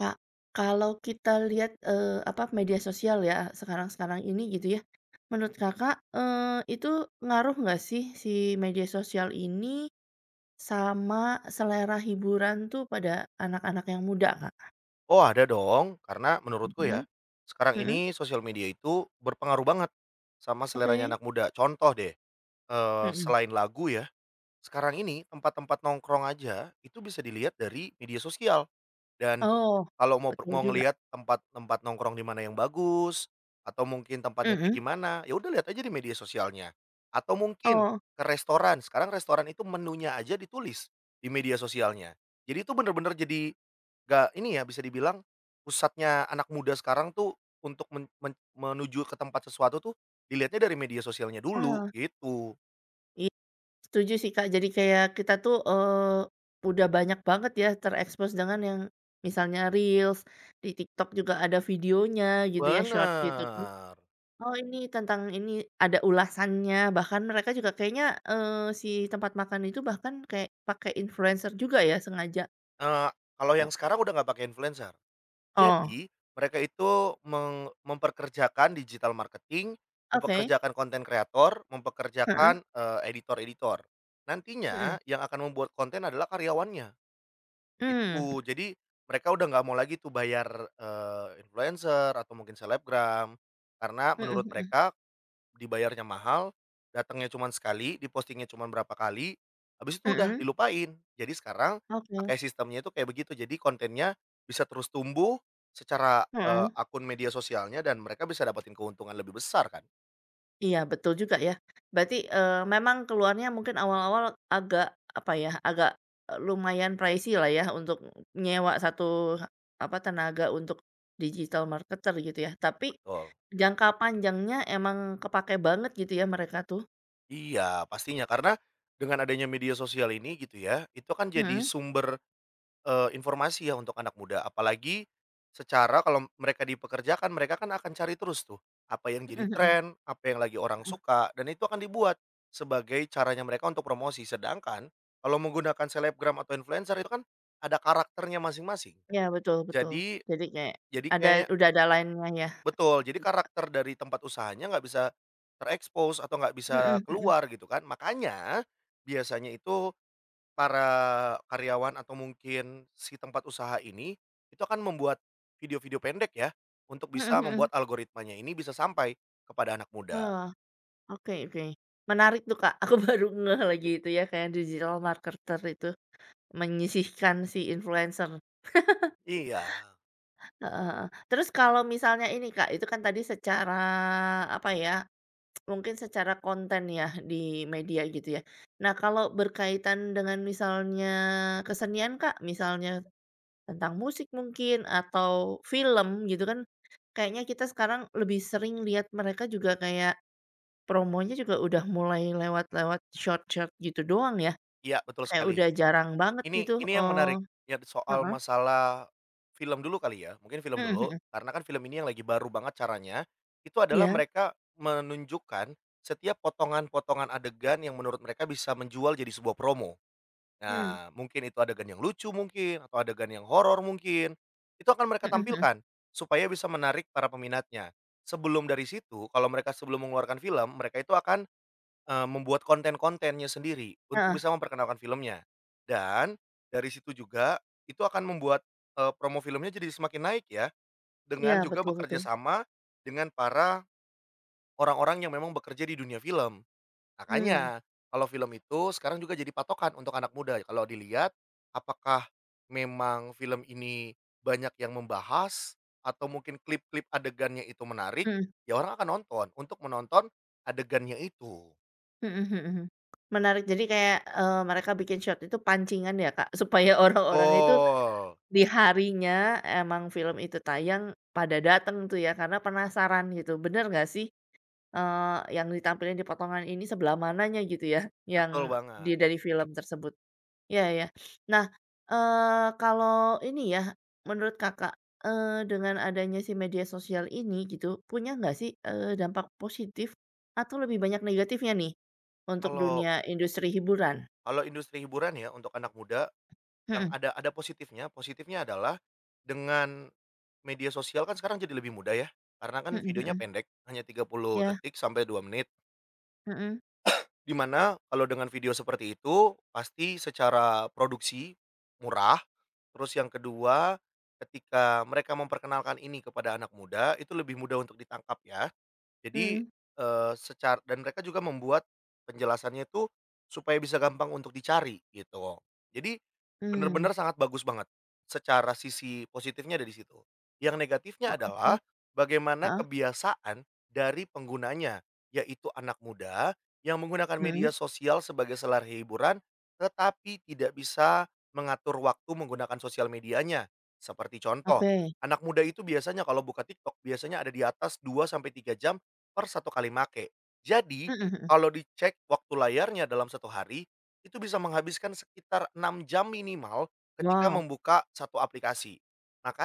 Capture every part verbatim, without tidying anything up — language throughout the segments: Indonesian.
Kak, kalau kita lihat, eee, apa, media sosial ya, sekarang-sekarang ini gitu ya, menurut Kakak, eee, itu ngaruh nggak sih si media sosial ini sama selera hiburan tuh pada anak-anak yang muda, Kak? Oh ada dong, karena menurutku ya, Mhm, sekarang mhm, ini sosial media itu berpengaruh banget sama seleranya oke, anak muda. Contoh deh, eee, mhm. selain lagu ya, sekarang ini tempat-tempat nongkrong aja itu bisa dilihat dari media sosial. Dan Oh, kalau mau per betul mau juga, ngelihat tempat-tempat nongkrong di mana yang bagus, atau mungkin tempatnya kayak mhm, gimana, ya udah lihat aja di media sosialnya. Atau mungkin oh, ke restoran, sekarang restoran itu menunya aja ditulis di media sosialnya. Jadi itu bener-bener jadi gak ini ya, bisa dibilang pusatnya anak muda sekarang tuh untuk men men menuju ke tempat sesuatu tuh dilihatnya dari media sosialnya dulu, ah. gitu. Setuju sih, Kak. Jadi kayak kita tuh, eee, udah banyak banget ya terekspos dengan yang misalnya reels, di TikTok juga ada videonya gitu ya, short gitu, kan. Bener, Oh, ini tentang ini, ada ulasannya, bahkan mereka juga kayaknya, eee, si tempat makan itu bahkan kayak pakai influencer juga ya sengaja? eee, kalau O yang sekarang udah nggak pakai influencer. oh, Jadi, mereka itu meng memperkerjakan digital marketing, oke. mempekerjakan konten kreator, Heeh, mempekerjakan, eee, editor-editor. mhm, Nantinya yang akan membuat konten adalah karyawannya. mmm, Itu, jadi mereka udah nggak mau lagi tuh bayar, eee, influencer atau mungkin selebgram, karena mhm menurut mhm, mereka dibayarnya mahal, datangnya cuman sekali, dipostingnya cuman berapa kali, habis itu udah mhm, dilupain. Jadi sekarang oke, pakai sistemnya itu kayak begitu, jadi kontennya bisa terus tumbuh secara, eee, heeh. akun media sosialnya dan mereka bisa dapetin keuntungan lebih besar kan. Iya, betul juga ya. Berarti, eee, memang keluarnya mungkin awal-awal agak, apa ya, agak, eee, lumayan pricey lah ya untuk nyewa satu apa, tenaga untuk digital marketer gitu ya. Tapi Betul. jangka panjangnya emang kepakai banget gitu ya mereka tuh. Iya, pastinya karena dengan adanya media sosial ini gitu ya, itu kan jadi Mhm, sumber Eee, informasi ya untuk anak muda, apalagi secara kalau mereka dipekerjakan, mereka kan akan cari terus tuh, apa yang mhm jadi mhm. tren, apa yang lagi orang suka, dan itu akan dibuat sebagai caranya mereka untuk promosi. Sedangkan kalau menggunakan selebgram atau influencer itu kan ada karakternya masing-masing. Iya, betul betul. Jadi Jadi kayak jadi ada kayaknya udah ada line-nya ya. betul, jadi karakter dari tempat usahanya nggak bisa terekspos atau nggak bisa Mhm keluar mhm. gitu kan. Makanya biasanya itu para karyawan atau mungkin si tempat usaha ini, itu akan membuat video-video pendek ya, untuk Mhm bisa mhm. membuat algoritmanya ini bisa sampai kepada anak muda. Oh, oke oke. Menarik tuh, Kak. Aku baru ngeh lagi itu ya kayak digital marketer itu. Menyisihkan si influencer, Iya, heeh heeh. Terus kalau misalnya ini Kak, itu kan tadi secara apa ya, mungkin secara konten ya di media gitu ya. Nah kalau berkaitan dengan misalnya kesenian Kak, misalnya tentang musik mungkin atau film gitu kan, kayaknya kita sekarang lebih sering lihat mereka juga kayak promonya juga udah mulai lewat-lewat short-short gitu doang ya, iya, betul kayak sekali. udah jarang banget Ini gitu, ini yang oh menarik, ya soal heeh, masalah film dulu kali ya, mungkin film mhm dulu, mhm, karena kan film ini yang lagi baru banget caranya, itu adalah iya, mereka menunjukkan setiap potongan-potongan adegan yang menurut mereka bisa menjual jadi sebuah promo. mmm. Nah, mungkin itu adegan yang lucu mungkin, atau adegan yang horor mungkin, itu akan mereka Mhm mhm, tampilkan, supaya bisa menarik para peminatnya. Sebelum dari situ, kalau mereka sebelum mengeluarkan film, mereka itu akan, eee, membuat konten-kontennya sendiri, untuk heeh, bisa memperkenalkan filmnya. Dan, dari situ juga, itu akan membuat, eee, promo filmnya jadi semakin naik ya, iya dengan juga betul bekerja betul, sama dengan para orang-orang yang memang bekerja di dunia film. mmm, Makanya, kalau film itu sekarang juga jadi patokan untuk anak muda. Kalau dilihat, apakah memang film ini banyak yang membahas atau mungkin klip-klip adegannya itu menarik, mhm ya orang akan nonton untuk menonton adegannya itu. mhm mhm mhm, menarik jadi kayak, eee, mereka bikin short itu pancingan ya Kak, supaya orang-orang itu Betul, di harinya emang film itu tayang pada dateng tuh ya karena penasaran gitu bener nggak sih, eee, yang ditampilin di potongan ini sebelah mananya gitu ya yang betul di banget. dari film tersebut? Iya ya. Nah, eee, kalau ini ya, menurut Kakak, eee, dengan adanya si media sosial ini gitu, punya nggak sih, eee, dampak positif atau lebih banyak negatifnya nih, untuk Kalau dunia industri hiburan? kalau industri hiburan ya untuk anak muda yang Mhm, ada ada positifnya, positifnya adalah dengan media sosial kan sekarang jadi lebih mudah ya, karena kan mhm videonya mhm. pendek, hanya tiga puluh Iya, detik sampai dua menit. mhm, Di mana kalau dengan video seperti itu, pasti secara produksi murah, terus yang kedua, ketika mereka memperkenalkan ini kepada anak muda, itu lebih mudah untuk ditangkap ya. Jadi, mhm, eee, secar dan mereka juga membuat penjelasannya itu supaya bisa gampang untuk dicari gitu. Jadi mmm, benar-benar sangat bagus banget, secara sisi positifnya ada di situ. Yang oh negatifnya oke, adalah bagaimana heeh, kebiasaan dari penggunanya, yaitu anak muda yang menggunakan media mhm, sosial sebagai selar hiburan, tetapi tidak bisa mengatur waktu menggunakan sosial medianya. Seperti contoh, oke, anak muda itu biasanya kalau buka TikTok biasanya ada di atas dua sampai tiga jam per satu kali make. Jadi, mhm mhm, kalau dicek waktu layarnya dalam satu hari, itu bisa menghabiskan sekitar enam jam minimal ketika wow, membuka satu aplikasi.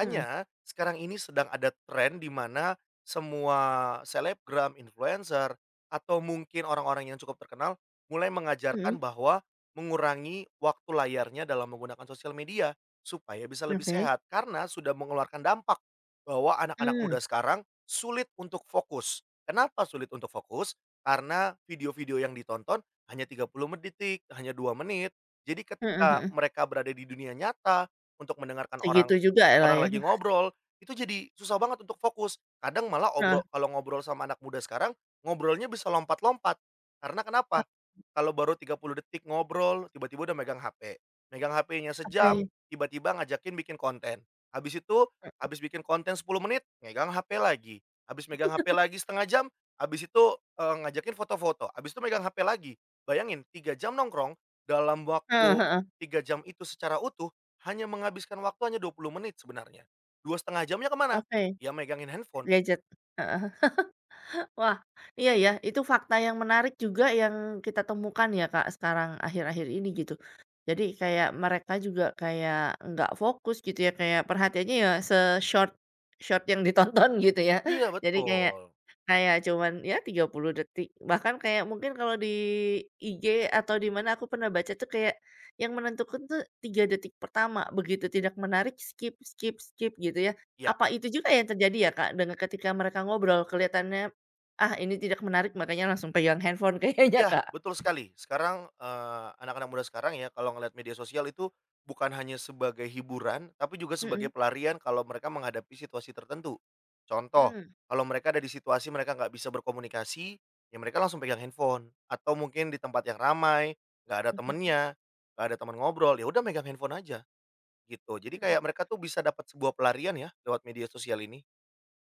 mhm, sekarang ini sedang ada tren di mana semua selebgram, influencer, atau mungkin orang-orang yang cukup terkenal, mulai mengajarkan mhm, bahwa mengurangi waktu layarnya dalam menggunakan sosial media, supaya bisa lebih oke, sehat. Karena sudah mengeluarkan dampak bahwa anak-anak mmm, muda sekarang sulit untuk fokus. Kenapa sulit untuk fokus? Karena video-video yang ditonton hanya tiga puluh detik, hanya dua menit. Jadi mhm ketika mhm, mereka berada di dunia nyata, untuk mendengarkan orang segitu jugalah orang ya, lagi ngobrol, itu jadi susah banget untuk fokus. Kadang malah heeh, obrol kalau ngobrol sama anak muda sekarang, ngobrolnya bisa lompat-lompat. Karena kenapa? Kalau baru tiga puluh detik ngobrol, tiba-tiba udah megang H P. Megang H P-nya sejam, oke, tiba-tiba ngajakin bikin konten. Habis itu, habis bikin konten sepuluh menit, megang H P lagi. Habis megang H P lagi setengah jam, habis itu, eee, ngajakin foto-foto, habis itu megang H P lagi. Bayangin tiga jam nongkrong, dalam heeh waktu heeh, tiga jam itu secara utuh, hanya menghabiskan waktu hanya dua puluh menit sebenarnya. Dua setengah jamnya kemana? oke, mana? Ya megangin handphone. gadget, heeh. Wah, iya ya, itu fakta yang menarik juga yang kita temukan ya Kak, sekarang akhir-akhir ini gitu. Jadi kayak mereka juga kayak nggak fokus gitu ya, kayak perhatiannya ya se-short short yang ditonton gitu ya. Iya Jadi kayak betul. kayak cuman ya tiga puluh detik, bahkan kayak mungkin kalau di I G atau di mana aku pernah baca tuh kayak yang menentukan tuh tiga detik pertama, begitu tidak menarik skip skip skip gitu ya. Iya. Apa itu juga yang terjadi ya Kak, dengan ketika mereka ngobrol kelihatannya ah, ini tidak menarik makanya langsung pegang handphone kayaknya, Iya, Kak. betul sekali. Sekarang, eee, anak-anak muda sekarang ya kalau ngelihat media sosial itu bukan hanya sebagai hiburan, tapi juga sebagai Mhm, pelarian kalau mereka menghadapi situasi tertentu. Contoh, mmm, kalau mereka ada di situasi mereka nggak bisa berkomunikasi, ya mereka langsung pegang handphone atau mungkin di tempat yang ramai, nggak ada mhm, temennya, nggak ada teman ngobrol, ya udah megang handphone aja, gitu. Jadi mhm, kayak mereka tuh bisa dapat sebuah pelarian ya lewat media sosial ini.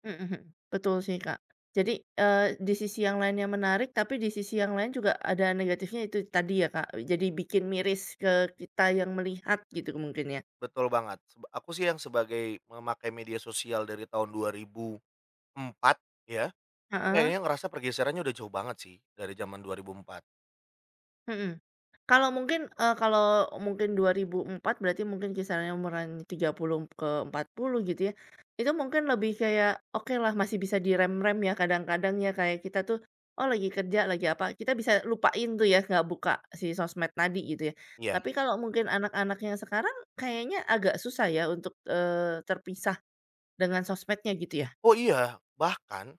mhm mhm. Betul sih, Kak. Jadi, eee, di sisi yang lainnya menarik, tapi di sisi yang lain juga ada negatifnya itu tadi ya, Kak, jadi bikin miris ke kita yang melihat gitu mungkin ya? Betul banget. Seb aku sih yang sebagai memakai media sosial dari tahun dua ribu empat ya. Itu Heeh. kayaknya ngerasa pergeserannya udah jauh banget sih, dari zaman dua ribu empat. Mhm. Kalau mungkin, eee, kalau mungkin dua ribu empat berarti mungkin kisarannya umuran tiga puluh ke empat puluh gitu ya, itu mungkin lebih kayak oke lah masih bisa direm-rem ya kadang-kadang ya, kayak kita tuh, oh lagi kerja, lagi apa, kita bisa lupain tuh ya nggak buka si sosmed tadi gitu ya. Iya. Tapi kalau mungkin anak-anak yang sekarang kayaknya agak susah ya untuk, eee, terpisah dengan sosmednya gitu ya? Oh iya, bahkan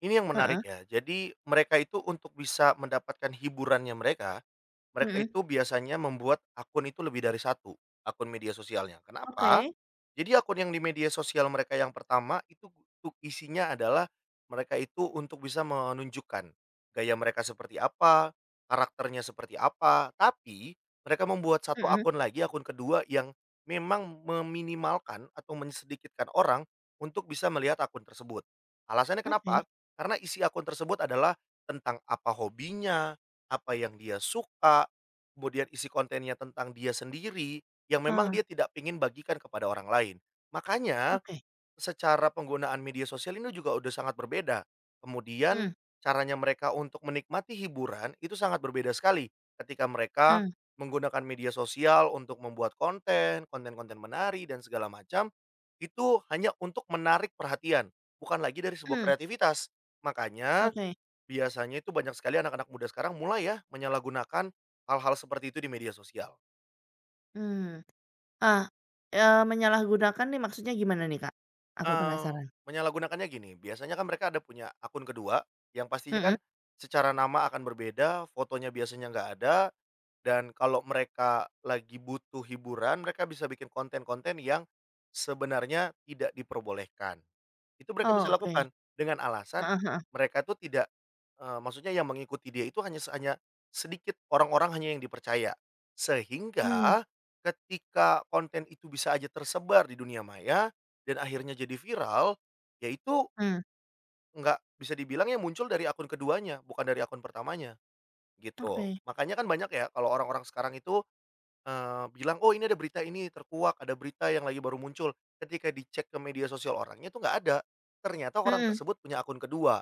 ini yang menarik Heeh, ya, jadi mereka itu untuk bisa mendapatkan hiburannya mereka, mereka mhm, itu biasanya membuat akun itu lebih dari satu akun media sosialnya. Kenapa? oke, Jadi akun yang di media sosial mereka yang pertama itu tu isinya adalah mereka itu untuk bisa menunjukkan gaya mereka seperti apa, karakternya seperti apa, tapi mereka membuat satu mhm, akun lagi, akun kedua yang memang meminimalkan atau menyedikitkan orang untuk bisa melihat akun tersebut. Alasannya kenapa? oke, Karena isi akun tersebut adalah tentang apa hobinya, apa yang dia suka, kemudian isi kontennya tentang dia sendiri. Yang memang ah, dia tidak ingin bagikan kepada orang lain. Makanya, oke, secara penggunaan media sosial ini juga udah sangat berbeda. hmm, Kemudian, caranya mereka untuk menikmati hiburan itu sangat berbeda sekali ketika mereka hmm, menggunakan media sosial untuk membuat konten, konten-konten menari dan segala macam, itu hanya untuk menarik perhatian, bukan lagi dari sebuah mhm, kreativitas. Makanya, oke. biasanya itu banyak sekali anak-anak muda sekarang mulai ya, menyalahgunakan hal-hal seperti itu di media sosial. Mmm, ah, eee, menyalahgunakan nih maksudnya gimana nih, Kak? Aku Eee, penasaran. menyalahgunakannya gini, biasanya kan mereka ada punya akun kedua, yang pastinya kan Mhm? secara nama akan berbeda, fotonya biasanya nggak ada, dan kalau mereka lagi butuh hiburan, mereka bisa bikin konten-konten yang sebenarnya tidak diperbolehkan. Itu mereka bisa Oh, oke. lakukan dengan alasan Heeh heeh. mereka itu tidak, eee, maksudnya yang mengikuti dia itu hanya hanya sedikit, orang-orang hanya yang dipercaya. Mmm, Sehingga ketika konten itu bisa aja tersebar di dunia maya dan akhirnya jadi viral, ya itu mmm, nggak bisa dibilang ya muncul dari akun keduanya, bukan dari akun pertamanya, gitu. oke. Makanya kan banyak ya kalau orang-orang sekarang itu Eee, bilang, "Oh, ini ada berita ini terkuak, ada berita yang lagi baru muncul." Ketika dicek ke media sosial orangnya itu nggak ada. Ternyata orang Mhm, tersebut punya akun kedua.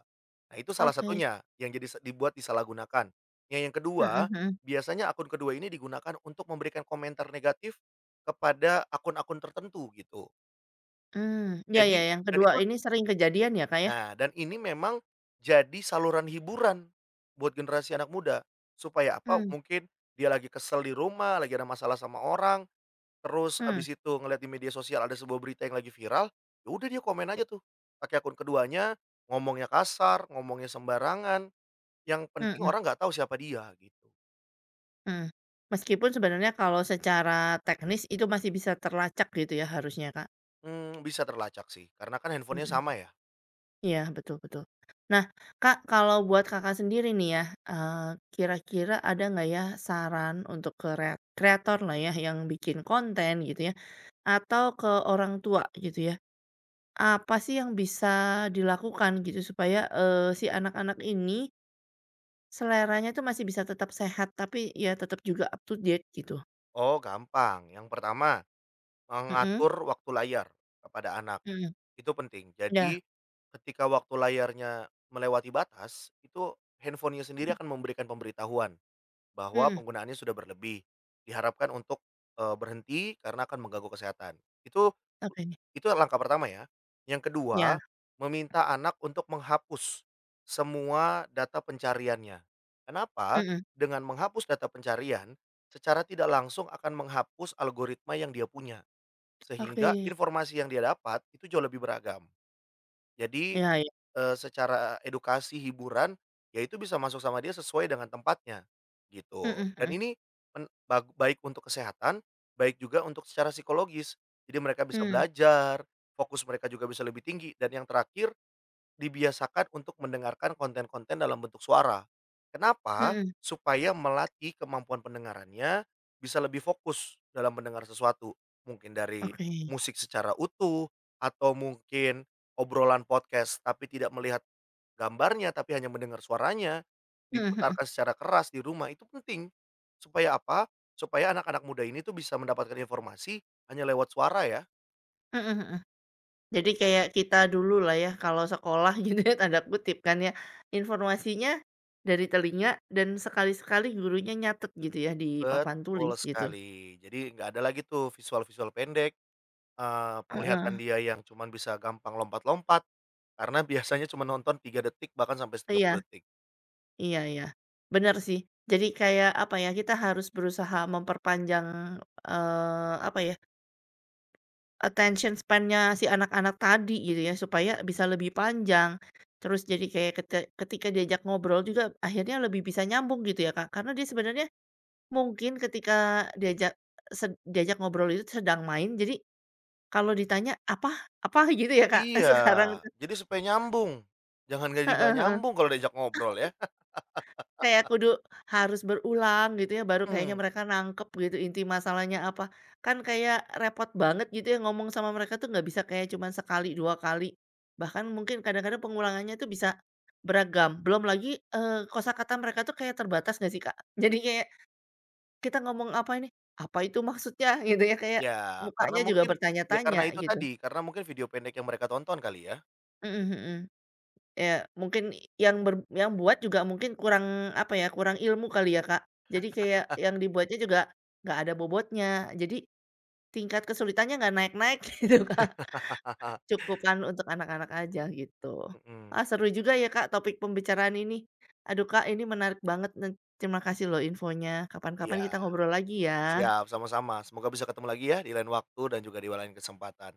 Nah, itu salah oke. satunya yang jadi se dibuat disalahgunakan. yang yang Mhm kedua, mhm. biasanya akun kedua ini digunakan untuk memberikan komentar negatif kepada akun-akun tertentu gitu. Mmm, iya Jadi iya, yang dan kedua itu ini sering kejadian ya, Kak, ya? nah, dan ini memang jadi saluran hiburan buat generasi anak muda. Supaya apa, Mmm, mungkin dia lagi kesel di rumah, lagi ada masalah sama orang, terus mhm, abis itu ngeliat di media sosial ada sebuah berita yang lagi viral, ya udah dia komen aja tuh, pakai akun keduanya, ngomongnya kasar, ngomongnya sembarangan, yang penting mhm, orang nggak tahu siapa dia gitu. mhm. Meskipun sebenarnya kalau secara teknis itu masih bisa terlacak gitu ya harusnya, Kak? Hmm, bisa terlacak sih, karena kan handphonenya Mhm. sama ya? Iya, betul betul. Nah, Kak, kalau buat Kakak sendiri nih ya, eee, kira-kira ada nggak ya saran untuk ke rea kreator lah ya, yang bikin konten gitu ya, atau ke orang tua gitu ya, apa sih yang bisa dilakukan gitu supaya, eee, si anak-anak ini seleranya tuh masih bisa tetap sehat, tapi ya tetap juga up to date gitu? Oh gampang, yang pertama, Mhm mengatur waktu layar kepada anak, mhm, itu penting. iya, Jadi, ketika waktu layarnya melewati batas, itu handphonenya sendiri akan memberikan pemberitahuan bahwa mhm, penggunaannya sudah berlebih, diharapkan untuk, eee, berhenti karena akan mengganggu kesehatan. Itu oke, itu langkah pertama ya. Yang iya, kedua, meminta anak untuk menghapus semua data pencariannya. Kenapa? mhm, Dengan menghapus data pencarian, secara tidak langsung akan menghapus algoritma yang dia punya, oke, sehingga informasi yang dia dapat itu jauh lebih beragam. Jadi iya iya, Eee, secara edukasi, hiburan, ya itu bisa masuk sama dia sesuai dengan tempatnya, gitu. mhm Dan mhm, ini en bag baik untuk kesehatan, baik juga untuk secara psikologis. Jadi mereka bisa mmm, belajar, fokus mereka juga bisa lebih tinggi, dan yang terakhir dibiasakan untuk mendengarkan konten-konten dalam bentuk suara. Kenapa? mhm, Supaya melatih kemampuan pendengarannya bisa lebih fokus dalam mendengar sesuatu. Mungkin dari oke, musik secara utuh, atau mungkin obrolan podcast tapi tidak melihat gambarnya, tapi hanya mendengar suaranya, mhm mhm. diputarkan secara keras di rumah itu penting. Supaya apa? Supaya anak-anak muda ini tuh bisa mendapatkan informasi hanya lewat suara ya. Heeh heeh. Jadi kayak kita dulu lah ya kalau sekolah gitu ya tanda kutip kan ya, informasinya dari telinga dan sekali-sekali gurunya nyatet gitu ya di papan Betul tulis gitu. sekali. Jadi nggak ada lagi tuh visual-visual pendek, Eee, penglihatan Heeh. dia yang cuman bisa gampang lompat-lompat, karena biasanya cuma nonton tiga detik bahkan sampai tiga Iya puluh detik. iya iya. Benar sih. Jadi kayak apa ya, kita harus berusaha memperpanjang, eee, apa ya, attention span-nya si anak-anak tadi gitu ya supaya bisa lebih panjang. Terus jadi kayak kete ketika diajak ngobrol juga akhirnya lebih bisa nyambung gitu ya Kak, karena dia sebenarnya mungkin ketika diajak sed diajak ngobrol itu sedang main, jadi kalau ditanya, "Apa? Apa?" Gitu ya, Kak, Iya, sekarang tuh. jadi supaya nyambung, jangan jadi nggak Heeh heeh. nyambung kalau diajak ngobrol ya. Kayak kudu harus berulang gitu ya, baru kayaknya Mhm, mereka nangkep gitu inti masalahnya apa. Kan kayak repot banget gitu ya ngomong sama mereka tuh nggak bisa kayak cuman sekali, dua kali. Bahkan mungkin kadang-kadang pengulangannya tuh bisa beragam. Belum lagi, eee, kosakata mereka tuh kayak terbatas nggak sih, Kak? Jadi kayak kita ngomong apa ini, "Apa itu maksudnya?" Gitu ya, kayak ya karena mukanya juga mungkin ya bertanya-tanya karena itu gitu. tadi, karena mungkin video pendek yang mereka tonton kali ya. Mhm mhm. Ya mungkin yang ber yang buat juga mungkin kurang, apa ya, kurang ilmu kali ya, Kak. Jadi kayak yang dibuatnya juga nggak ada bobotnya. Jadi tingkat kesulitannya nggak naik-naik gitu, Kak. Cukupan untuk anak-anak aja gitu. Mhm, Ah, seru juga ya, Kak, topik pembicaraan ini. Aduh, Kak, ini menarik banget terima kasih loh infonya. Kapan-kapan iya, kita ngobrol lagi ya. siap, sama-sama, semoga bisa ketemu lagi ya di lain waktu dan juga di lain kesempatan.